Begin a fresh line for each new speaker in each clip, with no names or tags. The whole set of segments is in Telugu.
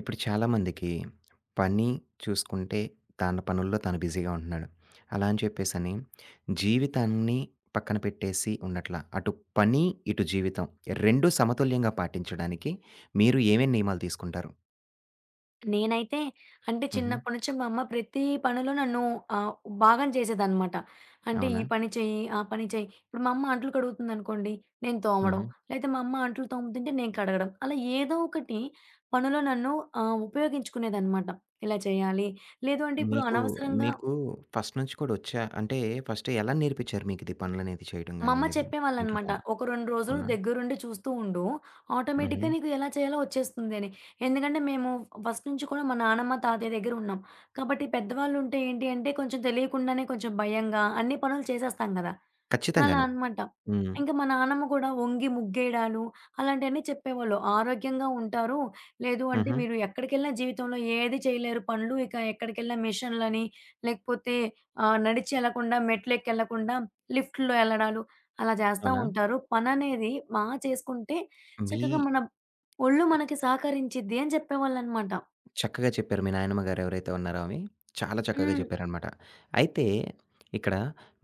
ఇప్పుడు చాలామందికి పని చూసుకుంటే తన పనుల్లో తను బిజీగా ఉంటున్నాడు. అలా అని చెప్పేసని జీవితాన్ని పక్కన పెట్టేసి ఉండట్లా. అటు పని, ఇటు జీవితం 2 సమతుల్యంగా పాటించడానికి మీరు ఏమేం నియమాలు తీసుకుంటారు?
నేనైతే అంటే
హుహు.
చిన్నప్పటి నుంచి మా అమ్మ ప్రతి పనిలో నన్ను ఆహ్, భాగం చేసేదనమాట. అంటే ఈ
అవునా?
పని చెయ్యి, ఆ పని చెయ్యి. ఇప్పుడు మా అమ్మ అంట్లు కడుగుతుందనుకోండి, నేను తోమడం.
హుహు.
లేతే మా అమ్మ అంట్లు తోముతుంటే నేను కడగడం. అలా ఏదో ఒకటి పనిలో నన్ను ఉపయోగించుకునేదనమాట. ఇలా చేయాలి. లేదు అంటే ఇప్పుడు
మీకు,
అనవసరంగా
మీకు, ఫస్ట్ నుంచి కూడా వచ్చా? అంటే ఫస్ట్ ఎలా నేర్పించారు మీకిది పనులనేది చేయడం
మా అమ్మ
గానియండి ఇవన్నీ? ఇంట్లో
చెప్పేవాళ్ళనమాట.
పనులు.
"ఒక 2 రోజులు
అవునా?
దగ్గరుండి చూస్తూ ఉండు.
హుహు.
ఆటోమేటిక్‌గా నీకు ఎలా చేయాలో వచ్చేస్తుంది" అని. ఎందుకంటే మేము ఫస్ట్ నుంచి కూడా మా నానమ్మ, తాతయ్య దగ్గర ఉన్నాం. కాబట్టి పెద్దవాళ్ళుంటే ఏంటి అంటే కొంచెం తెలియకుండానే కొంచెం భయంగా అన్ని పనులు చేసేస్తాం గదా! అలా
ఖచ్చితంగాను.
అనమాట.
హ్మ్.
ఇంకా మా నాన్నమ్మ కూడా వంగి ముగ్గేయడాలు అలాంటియన్నీ చెప్పేవాళ్ళు. ఆరోగ్యంగా ఉంటారు. లేదు అంటే
హుహు.
మీరు ఎక్కడికెళ్ళినా జీవితంలో ఏది చేయలేరు పనులు. ఇక ఎక్కడికెళ్ళినా మిషన్‌లని లేకపోతే నడిచి ఎళ్ళకుండా మెట్లెక్కెళ్ళకుండా లిఫ్ట్‌లో ఎళ్ళడాలు అలా చేస్తా
అవునా?
ఉంటారు. పననేది బా చేసుకుంటే
మీ
చక్కగా మన ఒళ్ళు మనకి సహకరించిద్ది అని చెప్పేవాళ్ళనమాట.
చక్కగా చెప్పారు మీ నాయనమ్మ గారు ఎవరైతే ఉన్నారో ఆమె, చాలా చక్కగా
హ్మ్.
చెప్పారనమాట. అయితే ఇక్కడ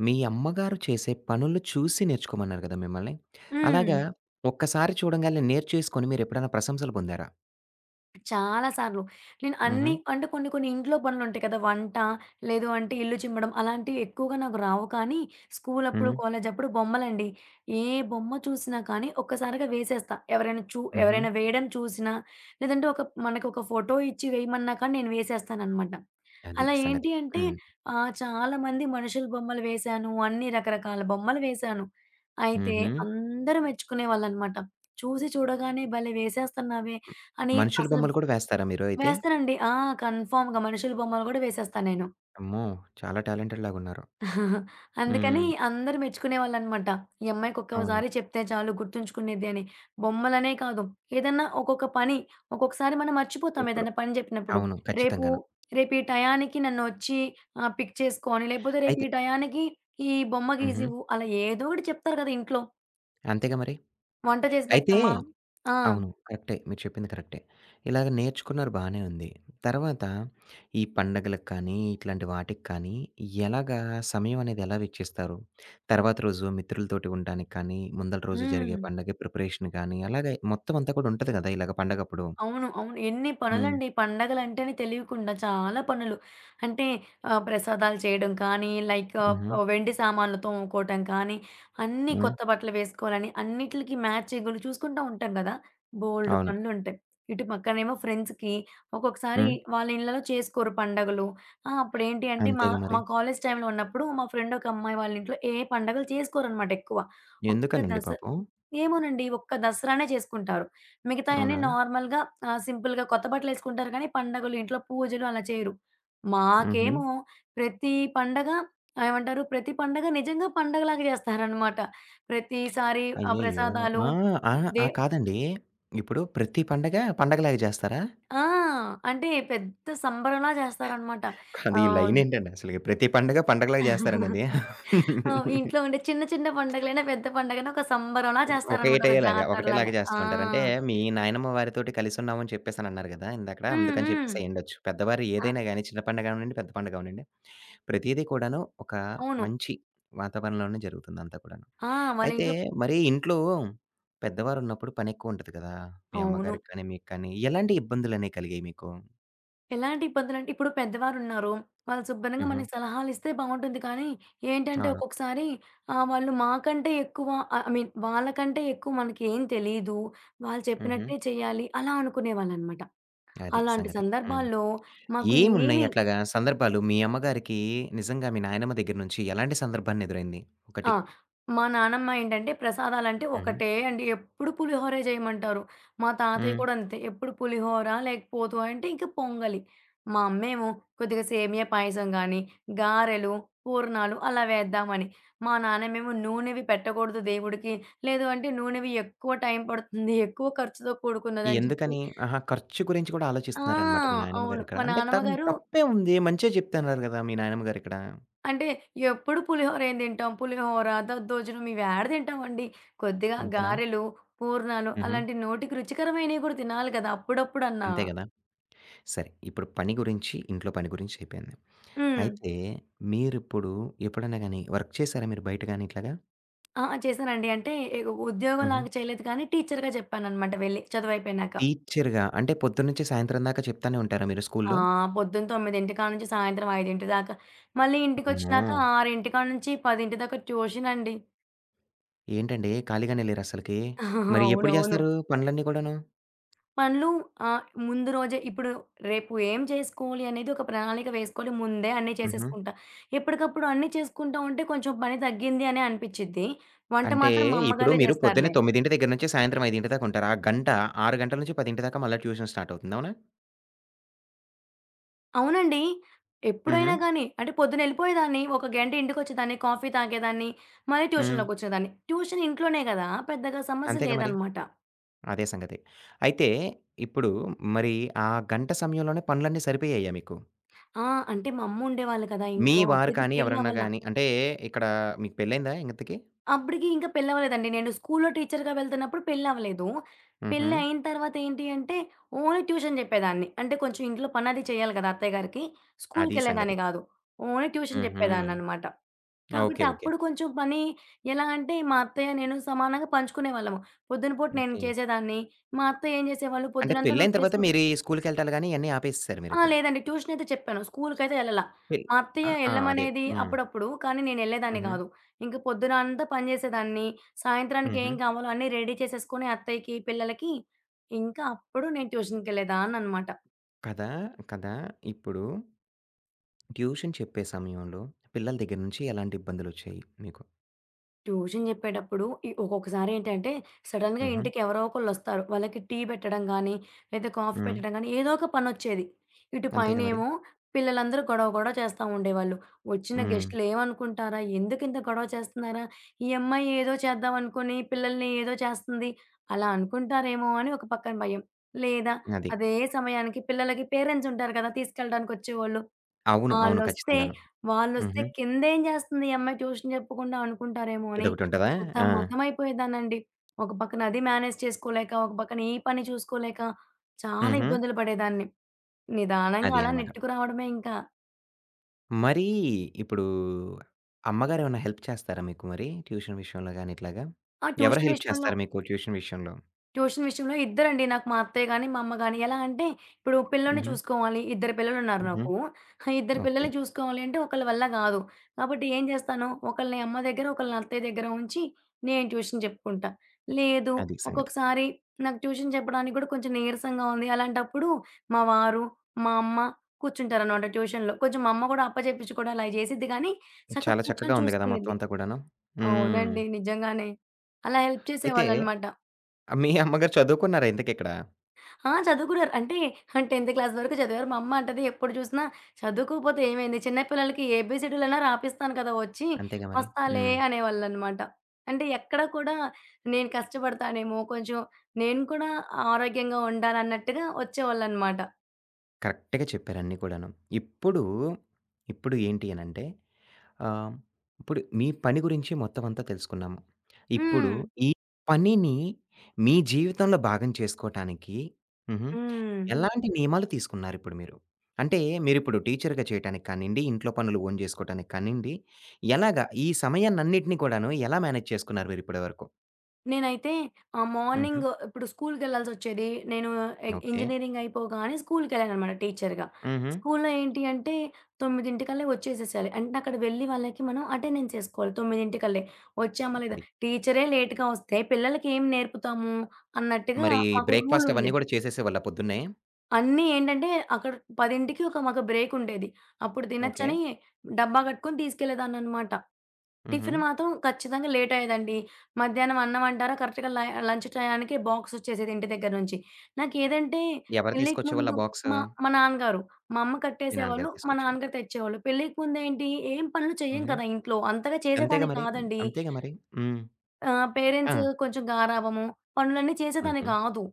మీ అమ్మగారు చేసే పనులు చూసి నేర్చుకోమన్నారు కదా మిమ్మల్ని.
హ్మ్.
అలాగా ఒక్కసారి చూడంగాల్నే నేర్చేసుకొని మీరెప్పుడైనా ప్రశంసలు పొందారా?
చాలా సార్లు. నేను అన్నీ
హుహు.
అంటే కొన్ని కొన్ని ఇంట్లో పనులుంటాయి కదా! వంట, లేదు అంటే ఇల్లు చిమ్మడం అలాంటివి ఎక్కువగా నాకు రావు కానీ, స్కూలప్పుడు,
హ్మ్.
కాలేజప్పుడు బొమ్మలండి. ఏ బొమ్మ చూసినా కానీ ఒక్కసారిగా వేసేస్తా. ఎవరైనా
హుహు.
ఎవరైనా వేయడం చూసినా, లేదంటే మనకొక ఫోటో ఇచ్చి వేయమన్నా కానీ నేను వేసేస్తాననమాట.
అది
అలా ఏంటి
సంగతి.
అంటే
హ్మ్.
చాలామంది మనుషుల బొమ్మలు వేశాను. అన్ని రకరకాల బొమ్మలు వేశాను. అయితే
హుహు.
అందరూ మెచ్చుకునేవాళ్ళనమాట. చూసి చూడగానే భలే వేసేస్తున్నావే అని
మనుషుల
అసలు
బొమ్మలు కూడా వేస్తారా మీరు అయితే?
వేస్తానండి. ఆ! కన్ఫర్మ్‌గా మనుషుల బొమ్మలు గూడా వేసేస్తా నేను.
అమ్మో! చాలా టాలెంటెడ్ లాగున్నారు.
అందుకని
హ్మ్.
అందరూ మెచ్చుకునేవాళ్ళనమాట. ఈ అమ్మాయికి
అవును.
ఒక్కసారి చెప్తే చాలు గుర్తుంచుకునేది అని. బొమ్మలనే కాదు, ఏదన్నా ఒక్కొక్క పని ఒక్కొక్కసారి మనం మర్చిపోతాం
ఇప్పుడు
ఏదైనా పని జెప్పినప్పుడు.
అవును.
రేపు
ఖచ్చితంగాను.
రేపు ఈ టయానికి నన్నొచ్చి పిక్ చేసుకో అని, లేకపోతే రేపు
అయితే
ఈ టయానికి ఈ బొమ్మ
హుహు.
గీసివ్వు అలా ఏదో ఒకటి చెప్తారు గదా ఇంట్లో.
అంతేగా మరి.
వంట చేసి
అయితే
పెట్టమ్మా ఆ!
అవును. కరెక్టే. మీరు చెప్పింది కరెక్టే. ఇలాగ నేర్చుకున్నారు బానే ఉంది. తర్వాత ఈ పండగలకు కానీ, ఇట్లాంటి వాటికి కానీ ఎలాగా సమయం అనేది ఎలా వెచ్చిస్తారు? తర్వాత రోజు మిత్రులతోటి ఉండటానికి కానీ, ముందల రోజు
హ్మ్.
జరిగే పండగ ప్రిపరేషన్ కానీ, అలాగే మొత్తం అంతా కూడా ఉంటది గదా! ఇలాగ పండగప్పుడు.
అవును. అవును. ఎన్ని
హ్మ్.
పనులండి. పండగలంటేనే తెలియకుండా చాలా పనులు. అంటే ప్రసాదాలు చేయడం కానీ,
హుహు.
వెండి సామాన్లు తోముకోవటం కానీ, అన్నీ
హ్మ్.
కొత్త బట్టలు వేసుకోవాలని, అన్నిట్లికి మ్యాచింగులు చూసుకుంటా ఉంటాం గదా! బోలెడు
అవును.
పనులుంటాయి. ఇటు పక్కనేమో ఫ్రెండ్స్‌కి ఒక్కొక్కసారి
హ్మ్.
వాళ్ళ ఇళ్ళలో చేసుకోరు పండగలు. ఆ! అప్పుడేంటి అంటే మా
అంతేగా మరి.
మా కాలేజ్ టైమ్‌లో ఉన్నప్పుడు మా ఫ్రెండ్ ఒక అమ్మాయి వాళ్ళ ఇంట్లో ఏ పండగలు చేసుకోరనమాట ఎక్కువ. ఒక్క
ఎందుకనండి
దస
పాపం?
ఏమోనండి. ఒక్క దసరానే చేసుకుంటారు. మిగతాయన్నీ
అవునా?
నార్మల్‌గా సింపుల్‌గా కొత్త బట్టలేసుకుంటారు కానీ, పండగలు ఇంట్లో పూజలు అలా చేయరు.
హుహు.
మాకేమో ప్రతి పండగ ఏమంటారు? ప్రతి పండగ నిజంగా పండగలాగా చేస్తారనమాట. ప్రతిసారి ఆ
అయ్యయ్యో!
ప్రసాదాలు
ఆ! ఆ!
దే
ఆ! కాదండి. ఇప్పుడు ప్రతి పండగ పండగలాగా జేస్తారా?
ఆ! అంటే పెద్ద సంబరంలా చేస్తారనమాట.
అది
ఆహ్,
లైనేంటండి అసలకి. ప్రతి పండగ పండగలాగా జేస్తారండి అది.
ఆ! ఇంట్లో ఉండే చిన్న చిన్న పండగలైనా, పెద్ద పండగైనా ఒక సంబరంలా చేస్తారనమాట. ఒక
ఒకటేలాగా,
జాతరలాగా.
ఒకటేలాగా
ఆ!
చేస్తూ ఉంటారు. అంటే మీ నాయనమ్మ వారితోటి కలిసున్నామని చెప్పేసనన్నారు గదా! ఇందాకడ.
హ్మ్.
అందుకని
హ్మ్.
చెప్పేసి అయ్యుండొచ్చు. పెద్దవారు
ఆ!
ఏదైనా గాని చిన్న పండగ అవనండి, పెద్ద పండగ అవనండి, ప్రతీదీ కూడాను ఒక
అవును.
మంచి వాతావరణంలోనే జరుగుతుందంతా కూడాను.
ఆ! వాళ్ళ
అయితే
ఇంట్లో
మరి ఇంట్లో పెద్దవారున్నప్పుడు పనెక్కువుంటది కదా! మీ
అవును.
అమ్మగారికి కానీ, మీకు కానీ ఎలాంటి ఇబ్బందులనేవి కలిగాయి మీకు?
ఎలాంటి ఇబ్బందులంటే, ఇప్పుడు పెద్దవారున్నారు. వాళ్ళు శుభ్రంగా
హుహు.
మనకి సలహాలిస్తే బావుంటుంది. కానీ ఏంటంటే,
అవును.
ఒక్కొక్కసారి వాళ్ళు మాకంటే ఎక్కువ ఐ మీన్ వాళ్ళకంటే ఎక్కువ మనకేం తెలీదు. వాళ్ళు
హుహు.
చెప్పినట్టే చేయాలి. అలా అనుకునేవాళ్ళనమాట.
అది
అలాంటి
సంగతి. హ్మ్.
సందర్భాల్లో మాకు
ఏమున్నాయి
ఏమి
అట్లాగా సందర్భాలు? మీ అమ్మగారికి నిజంగా మీ నాయనమ్మ దగ్గర నుంచి ఎలాంటి సందర్భాన్ని ఎదురైంది?
ఆ!
ఒకటి.
మా నానమ్మ ఏంటంటే ప్రసాదాలంటే
హుహు.
ఒకటే అండి. ఎప్పుడు పులిహోరే జేయమంటారు. మా తాతయ్య
హ్మ్.
కూడా అంతే. ఎప్పుడు పులిహోర లేకపోతు అంటే ఇంక పొంగలి. మా అమ్మేమో కొద్దిగా సేమియా పాయసం గానీ, గారెలు, పూర్ణాలు అలా వేద్దామని. మా నాన్నమేమో నూనెవి పెట్టకూడదు దేవుడికి. లేదు అంటే నూనెవి ఎక్కువ టైం పడుతుంది. ఎక్కువ ఖర్చుతో కూడుకున్నదని చెప్పి
ఎందుకని? ఆహా! ఖర్చు గురించి కూడా
ఆ!
ఆలోచిస్తున్నారనమాట మీ నాయనమ్మ
అవును.
గారు ఇక్కడ.
మా
అంటే
నానమ్మ గారు
తప్పే ఉంది. మంచే చెప్తున్నారు గదా! మీ నాయనమ్మ గారు ఇక్కడ.
అంటే ఎప్పుడు పులిహోర ఏం తింటాం? పులిహోర, దద్దోజనం ఇవేడ తింటామండి. కొద్దిగా
అంతేనా?
గారెలు, పూర్ణాలు
హుహు.
అలాంటి నోటికి రుచికరమైనవి కూడా తినాలి కదా! అప్పుడప్పుడన్నా.
అంతే గదా! సరే. ఇప్పుడు పని గురించి, ఇంట్లో పని గురించి అయిపోయింది.
హ్మ్.
అయితే మీరిప్పుడు ఎప్పుడైనా గాని వర్క్ చేసారా మీరు బయట గాని ఇట్లాగా?
ఆ! చేశానండి. అంటే ఉద్యోగం
హుహు.
లాగా చేయలేదు కానీ టీచర్‌గా చెప్పాననమాట వెళ్ళి చదువయిపోయినాక.
టీచర్‌గా అంటే పొద్దున్నుంచి సాయంత్రం దాకా చెప్తానే ఉంటారా మీరు
ఆ!
స్కూల్‌లో?
పొద్దున 9 కానుంచి సాయంత్రం 5 దాకా. మళ్ళీ
అమ్మో!
ఇంటికొచ్చినాక 6 కాడ నుంచి 10 దాకా ట్యూషన్ అండి.
ఏంటండి ఖాళీగానే లేరసలకి? మరి ఎప్పుడు
అవునవును.
జేస్తారు పనులన్నీ కూడాను?
పనులు ఆహ్, ముందు రోజే ఇప్పుడు రేపు ఏం చేసుకోవాలి అనేది ఒక ప్రణాళిక వేసుకోవాలి. ముందే అన్నీ
హుహు.
చేసేసుకుంటా. ఎప్పటికప్పుడు అన్నీ చేసుకుంటా ఉంటే కొంచెం పని తగ్గింది అనే అనిపిచ్చిద్ది. వంట
అంటే
మాత్రం మా
ఇప్పుడు
అమ్మగారే
మీరు పొద్దున్నే
చేస్తారులే.
9:00 దగ్గర నుంచి సాయంత్రం 5:00 దాకా ఉంటారు. ఆ గంట 6 గంటల నుంచి 10:00 దాకా మళ్ళా ట్యూషన్ స్టార్ట్ అవుతుంది. అవునా?
అవునండి.
హుహు.
ఎప్పుడైనా గానీ అంటే పొద్దునెళ్ళిపోయేదాన్ని. ఒక గంట ఇంటికొచ్చేదాన్ని. కాఫీ తాగేదాన్ని. మళ్ళీ
హ్మ్.
ట్యూషన్‌లోకొచ్చేదాన్ని. ట్యూషన్ ఇంట్లోనే గదా! పెద్దగా సమస్య
అంతేగా మరి.
లేదనమాట.
అదే సంగతి. అయితే ఇప్పుడు మరి ఆ గంట సమయంలోనే పనులన్నీ సరిపోయాయా మీకు?
ఆ! అంటే మా అమ్మ ఉండేవాళ్ళు కదా
మీ
ఇంట్లో.
వారు
అప్పటికి
కానీ, ఎవరన్నా
పెళ్లవ్వల.
గాని అంటే ఇక్కడ మీకు పెళ్లయిందా ఇంతకి?
అప్పటికి ఇంకా పెళ్లవ్వలేదండి. నేను స్కూల్‌లో టీచర్‌గా వెళ్తున్నప్పుడు పెళ్లవ్వలేదు.
హుహు.
పెళ్లయిన తర్వాత ఏంటి అంటే, ఓన్లీ ట్యూషన్ చెప్పేదాన్ని. అంటే కొంచెం ఇంట్లో పనది చేయాలి కదా! అత్తయ్య గారికి.
అది
స్కూల్‌కెళ్ళేదాన్ని
సంగతి.
గాదు. ఓన్లీ ట్యూషన్
హుహు.
చెప్పేదాన్ననమాట. కాబట్టి
ఓకే. ఓకే.
అప్పుడు కొంచెం పని ఎలా అంటే, మా అత్తయ్య నేను సమానంగా పంచుకునేవాళ్ళము. పొద్దున పూట నేను
ఓకే.
చేసేదాన్ని. మా అత్తయ్య ఏం చేసేవాళ్ళు,
అంటే
"పొద్దునంతా నువ్వు
పెళ్లయిన తర్వాత
చేసావు".
మీరు ఈ స్కూలుకెళ్ళటాలు గాని ఇయన్నీ ఆపేసేసారు
ఆ!
మీరిప్పుడు.
లేదండి. ట్యూషన్ అయితే చెప్పాను. స్కూలుకైతే ఎళ్ళలా.
పె
మా అత్తయ్య
ఆ! ఆ! అదే.
ఎళ్ళమనేది
హ్మ్.
అప్పుడప్పుడు. కానీ నేనెళ్ళేదాన్ని
హుహు.
గాదు. ఇంక పొద్దునంతా పని జేసేదాన్ని. సాయంత్రానికి
హుహు.
ఏం కావాలో అన్నీ రెడీ చేసేసుకొని అత్తయ్యకి, పిల్లలకి ఇంకా అప్పుడు నేను ట్యూషన్‌కెళ్ళేదాన్ననమాట.
కదా! కదా! ఇప్పుడు ట్యూషన్ చెప్పే సమయంలో పిల్లల దగ్గర నుంచి ఎలాంటి ఇబ్బందులొచ్చాయి మీకు?
ట్యూషన్ చెప్పేటప్పుడు ఈ ఒక్కొక్కసారి ఏంటంటే సడెన్‌గా
హుహు.
ఇంటికి ఎవరో ఒకళ్ళొస్తారు. వాళ్ళకి టీ పెట్టడం గానీ, లేదా కాఫీ
హ్మ్.
పెట్టడం గానీ, ఏదో ఒక పనొచ్చేది. ఇటు
అంతేగా మరి.
పైనేమో పిల్లలందరూ గొడవ గొడవ చేస్తా ఉండేవాళ్ళు. వచ్చిన
హ్మ్.
గెస్టులు ఏమనుకుంటారా? ఎందుకింత గొడవ చేస్తున్నారా? ఈ అమ్మాయి ఏదో చేద్దామనుకుని పిల్లల్ని ఏదో చేస్తుంది. అలా అనుకుంటారేమో అని ఒక పక్కన భయం. లేదా
అది.
అదే సమయానికి పిల్లలకి పేరెంట్స్ ఉంటారు కదా! తీసుకెళ్ళడానికొచ్చేవాళ్ళు.
అవును. అవును.
ఆళ్ళొస్తే,
ఖచ్చితంగాను.
వాళ్ళొస్తే
హుహు.
కిందేం జేస్తుంది ఈ అమ్మాయి ట్యూషన్ జెప్పకుండా అనుకుంటారేమో అని
ఇదొకటుంటదా? ఆ!
సతమతం అయిపోయేదాన్నండి. ఒక పక్కన అది మేనేజ్ చేసుకోలేక, ఒక పక్కన ఈ పని చూసుకోలేక చాలా
హుహు.
ఇబ్బందులు పడేదాన్ని. నిదానంగా
అది
అలా
అన్నమాట.
నెట్టుకు రావడమే ఇంకా.
మరీ ఇప్పుడు అమ్మగారేమన్నా హెల్ప్ చేస్తారా మీకు మరి ట్యూషన్ విషయంలో గాని ఇట్లాగా?
ఆ
ఎవరు
ట్యూషన్
హెల్ప్
విషయంలో
చేస్తారు మీకు ట్యూషన్ విషయంలో?
ట్యూషన్ విషయంలో ఇద్దరండి. నాకు మా అత్తయ్య గాని, మా అమ్మ గాని. ఎలా అంటే ఇప్పుడు పిల్లోడిని
హుహు.
చూసుకోవాలి. ఇద్దరు పిల్లలున్నారు
హుహు.
నాకు. ఆ ఇద్దరు
ఓకే.
పిల్లల్ని చూసుకోవాలి అంటే ఒకళ్ళ వల్ల గాదు. కాబట్టి ఏం చేస్తాను, ఒకళ్ళని అమ్మ దగ్గర, ఒకళ్ళని అత్తయ్య దగ్గర ఉంచి నేను ట్యూషన్ చెప్పుకుంటా. లేదు
అది సంగతి.
ఒక్కొక్కసారి నాకు ట్యూషన్ చెప్పడానికి గూడా కొంచెం నీరసంగా ఉంది. అలాంటప్పుడు మా వారు, మా అమ్మ కూర్చుంటారనమాట ట్యూషన్‌లో. కొంచెం మా అమ్మ గూడా అప్పచెప్పించి కూడా అలా చేసిద్ది గానీ, చక్కగా
చాలా
కూర్చొని
చక్కగా ఉంది గదా! మొత్తం
చూసుకునిద్ది.
అంతా కూడాను. హ్మ్.
అవునండి. నిజంగానే. అలా హెల్ప్
అయితే
చేసేవాళ్ళనమాట.
మీ అమ్మగారు చదువుకున్నారా ఇంతకిక్కడ?
ఆ! చదువుకున్నారు. అంటే 10థ్ క్లాస్ వరకు చదివారు. మా అమ్మ అంటది ఎప్పుడు చూసినా, "చదువుకోకపోతే ఏమైంది? చిన్న పిల్లలకి ఏబీసీడీలైనా రాపిస్తాను కదా! వచ్చి
అంతేగా మరి.
వస్తాలే"
హ్మ్.
అనేవాళ్ళనమాట. అంటే ఎక్కడ కూడా నేను కష్టపడతానేమో, కొంచెం నేను కూడా ఆరోగ్యంగా ఉండాలన్నట్టుగా వచ్చేవాళ్ళనమాట.
కరెక్ట్‌గా చెప్పారు అన్నీ కూడాను. ఇప్పుడు, ఇప్పుడు ఏంటి అనంటే ఆహ్, ఇప్పుడు మీ పని గురించి మొత్తం అంతా తెలుసుకున్నాము. ఇప్పుడు
హ్మ్.
ఈ పనిని మీ జీవితంలో భాగం చేసుకోటానికి హుహు.
హ్మ్.
ఎలాంటి నియమాలు తీసుకున్నారిప్పుడు మీరు? అంటే మీరిప్పుడు టీచర్‌గా చేయటానికి కానియండి, ఇంట్లో పనులు ఓన్ జేసుకోవటానికి కానియండి, ఎలాగా ఈ సమయాన్నన్నిటిని కూడాను ఎలా మేనేజ్ చేసుకున్నారు మీరిప్పటి వరకు?
నేనైతే
హుహు.
మార్నింగ్ ఇప్పుడు స్కూల్‌కెళ్ళాల్సొచ్చేది. నేను
ఓకే.
ఇంజినీరింగ్ అయిపోగానే స్కూల్‌కెళ్ళాననమాట టీచర్‌గా.
హుహు.
స్కూల్‌లో ఏంటి అంటే 9:00కల్లా వచ్చేసేసేయాలి. అంటే అక్కడ వెళ్లి వాళ్ళకి మనం అటెండెన్స్ ఏసుకోవాలి 9:00కల్లే. వచ్చామా లేదా?
అది.
టీచరే లేట్‌గా వస్తే పిల్లలకేం నేర్పుతాము అన్నట్టుగా
మరి
మాకు రూల్
బ్రేక్‌ఫాస్ట్ అవన్నీ
ఉండేది.
గూడా చేసేసేవాళ్ళా పొద్దున్నే?
అన్నీ ఏంటంటే అక్కడ 10కి ఒక మాకు బ్రేకుండేది. అప్పుడు
ఓకే.
తినొచ్చని డబ్బా కట్టుకొని తీసుకెళ్ళేదాన్ననమాట.
హుహు.
టిఫిన్ మాత్రం ఖచ్చితంగా లేట్ అయ్యేదండి. మధ్యాహ్నం అన్నం అంటారా కరెక్ట్‌గా లంచ్ టయానికి బాక్స్ వచ్చేసేది ఇంటి దగ్గర నుంచి. నాకేదంటే
ఎవరు
పెళ్ళికి
తీసుకొచ్చేవాళ్ళు
ముందు
ఆ బాక్సు?
మా మా నాన్నగారు. మా అమ్మ
మీ
కట్టేసేవాళ్ళు.
నాన్నగారు
మా
తీసుకొచ్చేవాళ్ళు.
నాన్నగారు తెచ్చేవాళ్ళు. పెళ్ళికి ముందేంటి ఏం పనులు చెయ్యం
హుహు.
కదా ఇంట్లో. అంతగా
అంతేగా
చేసేదాన్ని
మరి. హ్మ్.
కాదండి.
అంతేగా మరి. హ్మ్. ఆ!
పేరెంట్స్ కొంచెం గారాబము పనులన్నీ చేసేదాన్ని
హుహు.
కాదు.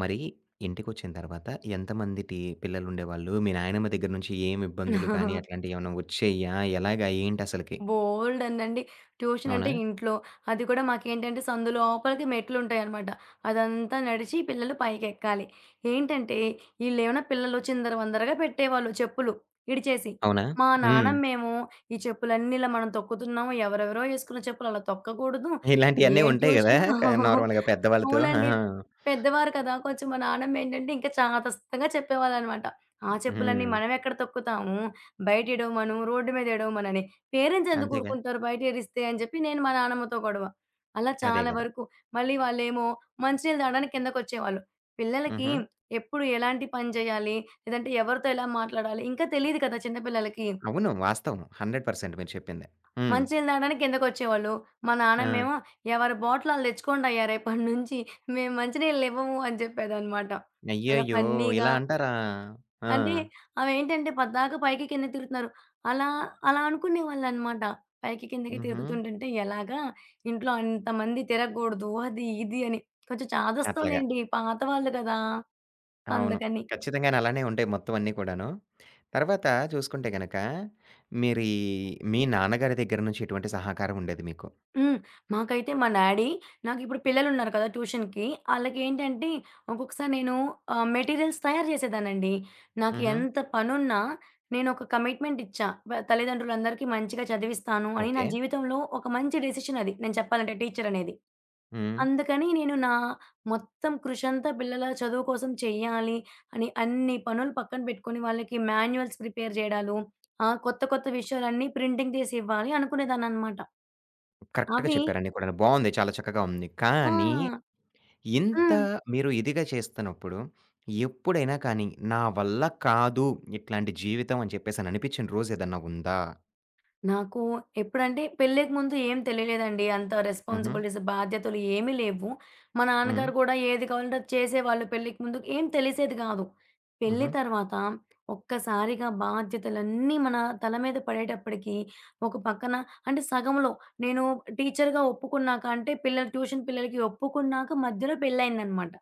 మరి ఇంటికొచ్చిన తర్వాత ఎంతమంది టీ పిల్లలుండేవాళ్ళు? మీ నాయనమ్మ దగ్గర నుంచి ఏం ఇబ్బందులు కానీ అట్లాంటియేమన్నా వచ్చాయా? ఎలాగా ఏంటసలకి?
బోలెడన్నండి. ట్యూషన్
అవునా?
అంటే ఇంట్లో. అది కూడా మాకేంటంటే సందు లోపలికి మెట్లుంటాయనమాట. అదంతా నడిచి పిల్లలు పైకెక్కాలి. ఏంటంటే ఈళ్ళేమైనా పిల్లలు చిందరవందరగా పెట్టేవాళ్ళు చెప్పులు ఇడిచేసి.
అవునా?
మా
హ్మ్.
నానమ్మేమో ఈ చెప్పులన్నీ ఇలా మనం తొక్కుతున్నాము. ఎవరెవరో ఏసుకున్న చెప్పులు అలా తొక్కకూడదు.
ఇలాంటియన్నీ
ఏం
ఉంటాయి గదా!
ట్యూషను.
క నార్మల్‌గా పెద్దవాళ్ళతో.
అవునండి.
ఆహా!
పెద్దవారు కదా! కొంచెం మా నానమ్మేంటంటే ఇంకా చాదస్తంగా చెప్పేవాళ్ళనమాట. ఆ చెప్పులన్నీ
హ్మ్.
మనమెక్కడ తొక్కుతాము. బయట ఇడవమను, రోడ్డు మీద ఇడవమనని. పేరెంట్స్ ఎందుకు
అంతేగా.
ఊరుకుంటారు బయటేరిస్తే అని చెప్పి నేను మా నానమ్మతో గొడవ. అలా
అదే
చాలా
గదా!
వరకు. మళ్ళీ వాళ్ళేమో మంచినీళ్ళు తాగడానికి కిందకొచ్చేవాళ్ళు. పిల్లలకి
హుహు.
ఎప్పుడు ఎలాంటి పని చేయాలి? లేదంటే ఎవరితో ఎలా మాట్లాడాలి? ఇంకా తెలీదు కదా చిన్న పిల్లలకి.
అవును. వాస్తవం. 100% మీరు చెప్పింది. హ్మ్.
మంచినీళ్ళు తాగడానికి కిందకొచ్చేవాళ్ళు. మా
ఆ!
నానమ్మేమో ఎవరి బాటిల్ ఆళ్ళు తెచ్చుకోండయ్యా రేపటి నుంచి మేము మంచినీళ్ళు ఇవ్వము అని చెప్పేదనమాట. చాలా
అయ్యయ్యో!
ఫన్నీగా
ఇలా అంటారా? ఆ!
అంటే అవేంటంటే పద్దాక పైకి కిందకి తిరుగుతున్నారు. అలా, అలా అనుకునేవాళ్ళనమాట. పైకి కిందకి
హుహు.
తిరుగుతుంటుంటే ఎలాగా ఇంట్లో అంతమంది తిరగకూడదు అది ఇది అని. కొంచెం
అట్లాగ.
చాదస్తాంలేండి పాత వాళ్ళు కదా!
అవును.
అందుకని.
ఖచ్చితంగాను అలానే ఉంటాయి మొత్తం అన్నీ కూడాను. తర్వాత చూసుకుంటే గనక, మీరీ మీ నాన్నగారి దగ్గర నుంచి ఎటువంటి సహకారం ఉండేది మీకు?
హ్మ్. మాకైతే మా డాడీ నాకిప్పుడు పిల్లలున్నారు కదా! ట్యూషన్‌కి. ఆళ్ళకేంటంటే ఒక్కొక్కసారి నేను మెటీరియల్స్ తయారు చేసేదాన్నండి. నాకు
హుహు.
ఎంత పనున్నా నేనొక కమిట్మెంట్ ఇచ్చా. తల్లిదండ్రులందరికీ మంచిగా చదివిస్తాను అని నా
ఓకే.
జీవితంలో ఒక మంచి డెసిషన్ అది. నేను చెప్పాలంటే టీచర్ అనేది.
హ్మ్.
అందుకని నేను నా మొత్తం కృషంతా పిల్లల చదువు కోసం చెయ్యాలి అని అన్ని పనులు పక్కన పెట్టుకొని వాళ్ళకి మాన్యుయల్స్ ప్రిపేర్ జేయడాలు, కొత్త కొత్త విషయాలన్నీ ప్రింటింగ్ తీసి ఇవ్వాలి అనుకునేదాన్ననమాట.
కరెక్ట్‌గా
అవి
చెప్పారు అన్నీ కూడాను. బావుంది. చాలా చక్కగా ఉంది.
ఆ!
కానీ, ఇంత
హ్మ్.
మీరు ఇదిగా చేస్తున్నప్పుడు, ఎప్పుడైనా కానీ, నా వల్ల కాదు ఇట్లాంటి జీవితం అని చెప్పేసని అనిపిచ్చిన రోజేదన్నా ఉందా?
నాకు ఎప్పుడంటే పెళ్ళికి ముందు ఏం తెలియలేదండి. అంత
హుహు.
రెస్పాన్సిబిలిటీస్, బాధ్యతలు ఏమీ లేవు. మా
హ్మ్.
నాన్నగారు కూడా ఏది కావాలంటే అది చేసేవాళ్ళు. పెళ్ళికి ముందు ఏం తెలిసేది కాదు. పెళ్లి
హుహు.
తర్వాత ఒక్కసారిగా బాధ్యతలన్నీ మన తల మీద పడేటప్పటికి, ఒక పక్కన అంటే సగంలో నేను టీచర్‌గా ఒప్పుకున్నాక అంటే పిల్లలు ట్యూషన్ పిల్లలకి ఒప్పుకున్నాక మధ్యలో పెళ్లయిందనమాట.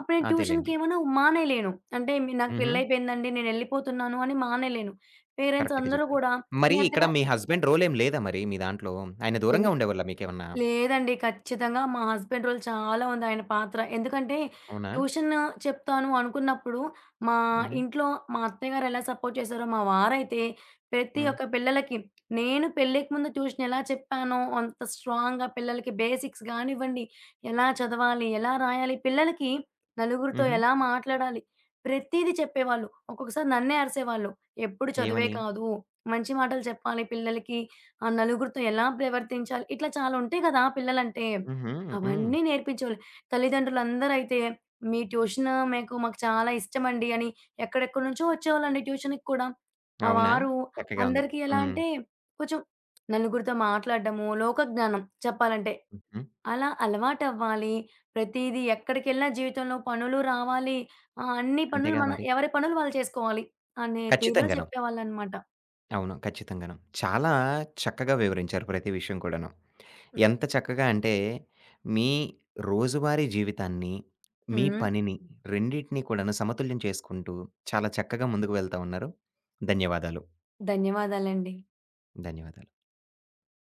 అప్పుడు నేను
అదేలెండి.
ట్యూషన్‌కేమన్నా మానేయలేను. అంటే మీ- నాకు
హుహు.
పెళ్లయిపోయిందండి నేనెళ్ళిపోతున్నాను అని మానేయలేను. పేరెంట్స్
కరెక్ట్‌గా
అందరూ
చెప్పారు.
కూడా మీ
మరి ఇక్కడ
అత్తగా
మీ హస్బెండ్ రోల్ ఏం లేదా మరి మీ దాంట్లో? ఆయన
ఎన్
దూరంగా ఉండేవాళ్ళా మీకేమన్నా?
లేదండి. ఖచ్చితంగా మా హస్బెండ్ రోల్ చాలా ఉంది ఆయన పాత్ర. ఎందుకంటే
అవునా?
ట్యూషన్ చెప్తాను అనుకున్నప్పుడు, మా
హుహు.
ఇంట్లో మా అత్తయ్య గారు ఎలా సపోర్ట్ చేశారో, మా వారైతే ప్రతి
హ్మ్.
ఒక్క పిల్లలకి నేను పెళ్ళికి ముందు ట్యూషన్ ఎలా చెప్పానో, అంత స్ట్రాంగ్‌గా పిల్లలకి బేసిక్స్ గానివ్వండి, ఎలా చదవాలి, ఎలా రాయాలి, పిల్లలకి నలుగురితో
హుహు.
ఎలా మాట్లాడాలి, ప్రతీది చెప్పేవాళ్ళు. ఒక్కొక్కసారి నన్నే అరిసేవాళ్ళు. ఎప్పుడు చదువే
ఏమని?
కాదు, మంచి మాటలు చెప్పాలి పిల్లలకి. ఆ నలుగురితో ఎలా ప్రవర్తించాలి? ఇట్లా చాలా ఉంటాయి కదా! పిల్లలంటే.
హుహు. హ్మ్.
అవన్నీ నేర్పించేవాళ్ళు. తల్లిదండ్రులందరైతే, "మీ ట్యూషన్ మీకు మాకు చాలా ఇష్టమండి" అని ఎక్కడెక్కడి నుంచో వచ్చేవాళ్ళండి ట్యూషన్‌కి కూడా. మా
అవునా?
వారు
చక్కగా ఉంది.
అందరికీ ఎలా
హ్మ్.
అంటే, కొంచెం నలుగురితో మాట్లాడడము, లోక జ్ఞానం చెప్పాలంటే.
హుహు.
అలా అలవాటవ్వాలి. ప్రతీదీ ఎక్కడికెళ్ళినా జీవితంలో పనులు రావాలి. అన్ని పనులు
అంతేగా
మన
మరి.
ఎవరి పనులు వాళ్ళు చేసుకోవాలి అనే తీరులో
ఖచ్చితంగాను.
చెప్పేవాళ్ళనమాట.
అవును. ఖచ్చితంగాను. చాలా చక్కగా వివరించారు ప్రతి విషయం కూడాను.
హ్మ్.
ఎంత చక్కగా అంటే, మీ రోజువారీ జీవితాన్ని, మీ
హ్మ్.
పనిని రెండిటిని కూడాను సమతుల్యం చేసుకుంటూ, చాలా చక్కగా ముందుకు వెళ్తా ఉన్నారు. ధన్యవాదాలు.
ధన్యవాదాలండి.
ధన్యవాదాలు.